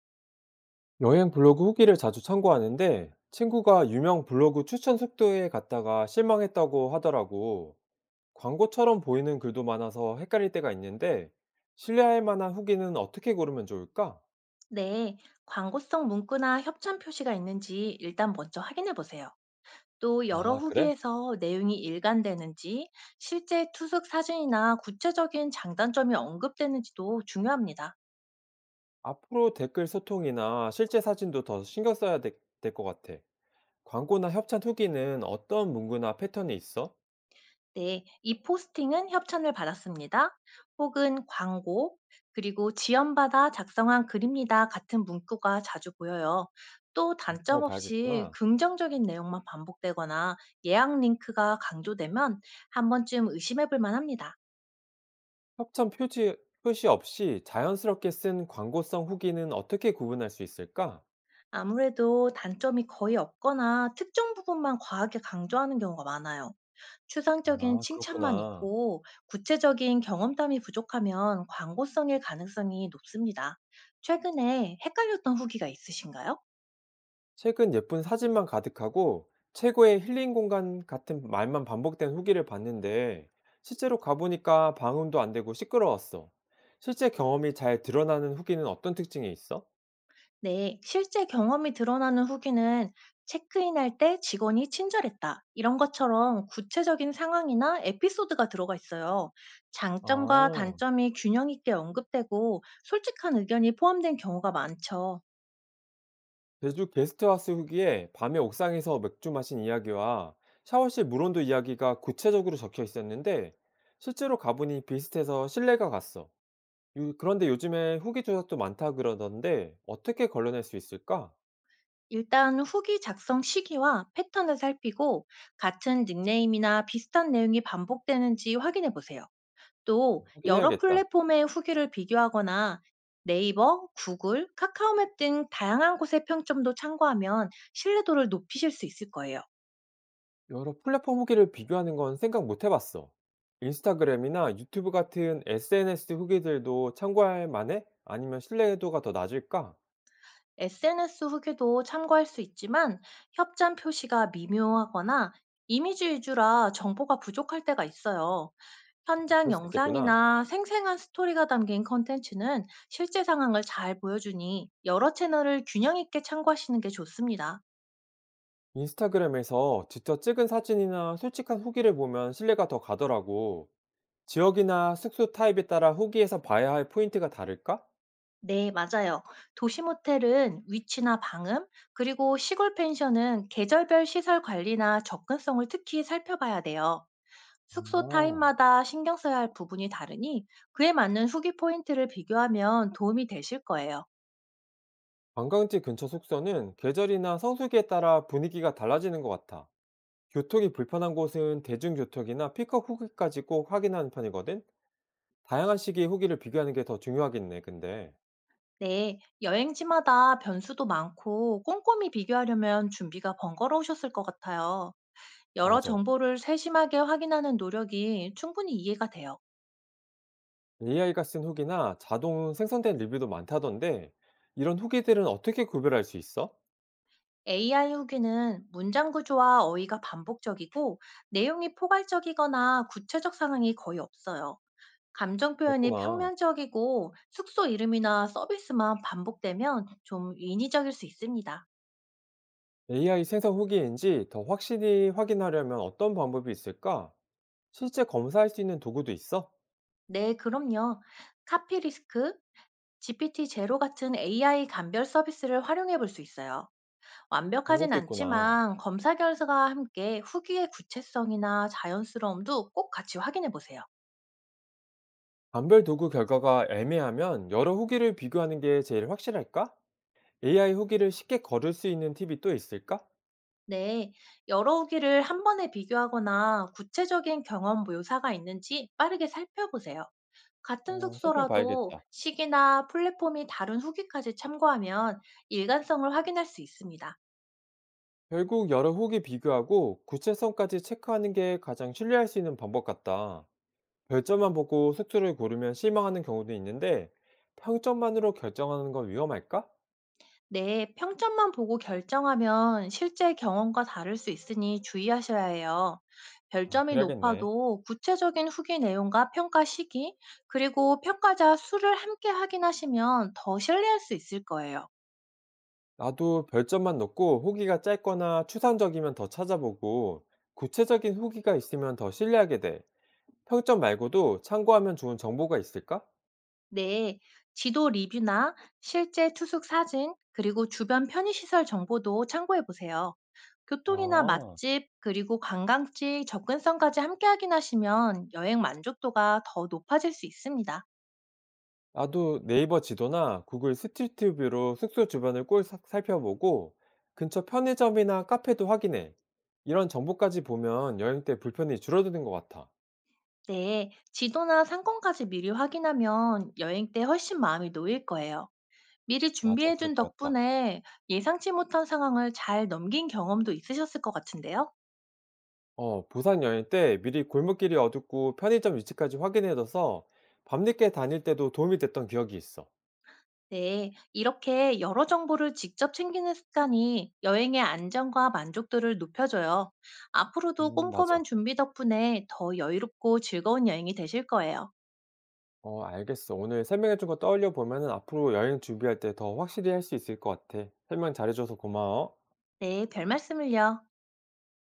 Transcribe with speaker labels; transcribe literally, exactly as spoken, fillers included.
Speaker 1: 여행 블로그 후기를 자주 참고하는데 친구가 유명 블로그 추천 숙소에 갔다가 실망했다고 하더라고. 광고처럼 보이는 글도 많아서 헷갈릴 때가 있는데 신뢰할 만한 후기는 어떻게 고르면 좋을까?
Speaker 2: 네, 광고성 문구나 협찬 표시가 있는지 일단 먼저 확인해 보세요. 또 여러
Speaker 1: 아, 그래?
Speaker 2: 후기에서 내용이 일관되는지, 실제 투숙 사진이나 구체적인 장단점이 언급되는지도 중요합니다.
Speaker 1: 앞으로 댓글 소통이나 실제 사진도 더 신경 써야 될 것 같아. 광고나 협찬 후기는 어떤 문구나 패턴이 있어?
Speaker 2: 네, 이 포스팅은 협찬을 받았습니다. 혹은 광고, 그리고 지원받아 작성한 글입니다. 같은 문구가 자주 보여요. 또
Speaker 1: 아, 그런
Speaker 2: 단점
Speaker 1: 거
Speaker 2: 없이
Speaker 1: 봐야겠구나.
Speaker 2: 긍정적인 내용만 반복되거나 예약 링크가 강조되면 한 번쯤 의심해 볼 만합니다.
Speaker 1: 협찬 표지, 표시 없이 자연스럽게 쓴 광고성 후기는 어떻게 구분할 수 있을까?
Speaker 2: 아무래도 단점이 거의 없거나 특정 부분만 과하게 강조하는 경우가 많아요. 추상적인
Speaker 1: 아,
Speaker 2: 칭찬만
Speaker 1: 그렇구나.
Speaker 2: 있고 구체적인 경험담이 부족하면 광고성일 가능성이 높습니다. 최근에 헷갈렸던 후기가 있으신가요?
Speaker 1: 최근 예쁜 사진만 가득하고 최고의 힐링 공간 같은 말만 반복된 후기를 봤는데 실제로 가보니까 방음도 안 되고 시끄러웠어. 실제 경험이 잘 드러나는 후기는 어떤 특징이 있어?
Speaker 2: 네, 실제 경험이 드러나는 후기는 체크인할 때 직원이 친절했다. 이런 것처럼 구체적인 상황이나 에피소드가 들어가 있어요. 장점과
Speaker 1: 아,
Speaker 2: 단점이 균형 있게 언급되고 솔직한 의견이 포함된 경우가 많죠.
Speaker 1: 제주 게스트하우스 후기에 밤에 옥상에서 맥주 마신 이야기와 샤워실 물온도 이야기가 구체적으로 적혀 있었는데 실제로 가보니 비슷해서 신뢰가 갔어. 요- 그런데 요즘에 후기 조작도 많다 그러던데 어떻게 걸러낼 수 있을까?
Speaker 2: 일단 후기 작성 시기와 패턴을 살피고 같은 닉네임이나 비슷한 내용이 반복되는지 확인해 보세요. 또 여러
Speaker 1: 확인해야겠다.
Speaker 2: 플랫폼의 후기를 비교하거나 네이버, 구글, 카카오맵 등 다양한 곳의 평점도 참고하면 신뢰도를 높이실 수 있을 거예요.
Speaker 1: 여러 플랫폼 후기를 비교하는 건 생각 못 해봤어. 인스타그램이나 유튜브 같은 에스엔에스 후기들도 참고할 만해? 아니면 신뢰도가 더 낮을까?
Speaker 2: 에스엔에스 후기도 참고할 수 있지만 협찬 표시가 미묘하거나 이미지 위주라 정보가 부족할 때가 있어요. 현장
Speaker 1: 그럴 수 있겠구나.
Speaker 2: 영상이나 생생한 스토리가 담긴 컨텐츠는 실제 상황을 잘 보여주니 여러 채널을 균형 있게 참고하시는 게 좋습니다.
Speaker 1: 인스타그램에서 직접 찍은 사진이나 솔직한 후기를 보면 신뢰가 더 가더라고. 지역이나 숙소 타입에 따라 후기에서 봐야 할 포인트가 다를까?
Speaker 2: 네, 맞아요. 도시 모텔은 위치나 방음, 그리고 시골 펜션은 계절별 시설 관리나 접근성을 특히 살펴봐야 돼요. 숙소
Speaker 1: 아.
Speaker 2: 타입마다 신경 써야 할 부분이 다르니 그에 맞는 후기 포인트를 비교하면 도움이 되실 거예요.
Speaker 1: 관광지 근처 숙소는 계절이나 성수기에 따라 분위기가 달라지는 것 같아. 교통이 불편한 곳은 대중교통이나 픽업 후기까지 꼭 확인하는 편이거든? 다양한 시기의 후기를 비교하는 게 더 중요하겠네, 근데.
Speaker 2: 네, 여행지마다 변수도 많고 꼼꼼히 비교하려면 준비가 번거로우셨을 것 같아요. 여러
Speaker 1: 맞아.
Speaker 2: 정보를 세심하게 확인하는 노력이 충분히 이해가 돼요.
Speaker 1: 에이아이가 쓴 후기나 자동 생성된 리뷰도 많다던데, 이런 후기들은 어떻게 구별할 수 있어?
Speaker 2: 에이아이 후기는 문장 구조와 어휘가 반복적이고 내용이 포괄적이거나 구체적 상황이 거의 없어요. 감정 표현이
Speaker 1: 그렇구나.
Speaker 2: 평면적이고 숙소 이름이나 서비스만 반복되면 좀 인위적일 수 있습니다.
Speaker 1: 에이아이 생성 후기인지 더 확실히 확인하려면 어떤 방법이 있을까? 실제 검사할 수 있는 도구도 있어?
Speaker 2: 네, 그럼요. 카피리스크, 지피티 제로 같은 에이아이 감별 서비스를 활용해 볼 수 있어요.
Speaker 1: 그런
Speaker 2: 완벽하진
Speaker 1: 것도 있구나.
Speaker 2: 않지만 검사 결과와 함께 후기의 구체성이나 자연스러움도 꼭 같이 확인해 보세요.
Speaker 1: 감별 도구 결과가 애매하면 여러 후기를 비교하는 게 제일 확실할까? 에이아이 후기를 쉽게 거를 수 있는 팁이 또 있을까?
Speaker 2: 네, 여러 후기를 한 번에 비교하거나 구체적인 경험 묘사가 있는지 빠르게 살펴보세요. 같은
Speaker 1: 어,
Speaker 2: 숙소라도
Speaker 1: 살펴봐야겠다.
Speaker 2: 시기나 플랫폼이 다른 후기까지 참고하면 일관성을 확인할 수 있습니다.
Speaker 1: 결국 여러 후기 비교하고 구체성까지 체크하는 게 가장 신뢰할 수 있는 방법 같다. 별점만 보고 숙소를 고르면 실망하는 경우도 있는데 평점만으로 결정하는 건 위험할까?
Speaker 2: 네, 평점만 보고 결정하면 실제 경험과 다를 수 있으니 주의하셔야 해요.
Speaker 1: 아,
Speaker 2: 별점이
Speaker 1: 그래야겠네.
Speaker 2: 높아도 구체적인 후기 내용과 평가 시기, 그리고 평가자 수를 함께 확인하시면 더 신뢰할 수 있을 거예요.
Speaker 1: 나도 별점만 넣고 후기가 짧거나 추상적이면 더 찾아보고 구체적인 후기가 있으면 더 신뢰하게 돼. 평점 말고도 참고하면 좋은 정보가 있을까?
Speaker 2: 네, 지도 리뷰나 실제 투숙 사진, 그리고 주변 편의시설 정보도 참고해 보세요. 교통이나
Speaker 1: 아.
Speaker 2: 맛집, 그리고 관광지 접근성까지 함께 확인하시면 여행 만족도가 더 높아질 수 있습니다.
Speaker 1: 나도 네이버 지도나 구글 스트리트뷰로 숙소 주변을 꼴 사- 살펴보고 근처 편의점이나 카페도 확인해. 이런 정보까지 보면 여행 때 불편이 줄어드는 것 같아.
Speaker 2: 네, 지도나 상권까지 미리 확인하면 여행 때 훨씬 마음이 놓일 거예요. 미리
Speaker 1: 맞아,
Speaker 2: 준비해
Speaker 1: 그럴
Speaker 2: 둔
Speaker 1: 것 같다.
Speaker 2: 덕분에 예상치 못한 상황을 잘 넘긴 경험도 있으셨을 것 같은데요.
Speaker 1: 어, 부산 여행 때 미리 골목길이 어둡고 편의점 위치까지 확인해둬서 밤늦게 다닐 때도 도움이 됐던 기억이 있어.
Speaker 2: 네, 이렇게 여러 정보를 직접 챙기는 습관이 여행의 안정과 만족도를 높여줘요. 앞으로도
Speaker 1: 음,
Speaker 2: 꼼꼼한
Speaker 1: 맞아.
Speaker 2: 준비 덕분에 더 여유롭고 즐거운 여행이 되실 거예요.
Speaker 1: 어, 알겠어. 오늘 설명해준 거 떠올려 보면은 앞으로 여행 준비할 때 더 확실히 할 수 있을 것 같아. 설명 잘해줘서 고마워.
Speaker 2: 네, 별 말씀을요.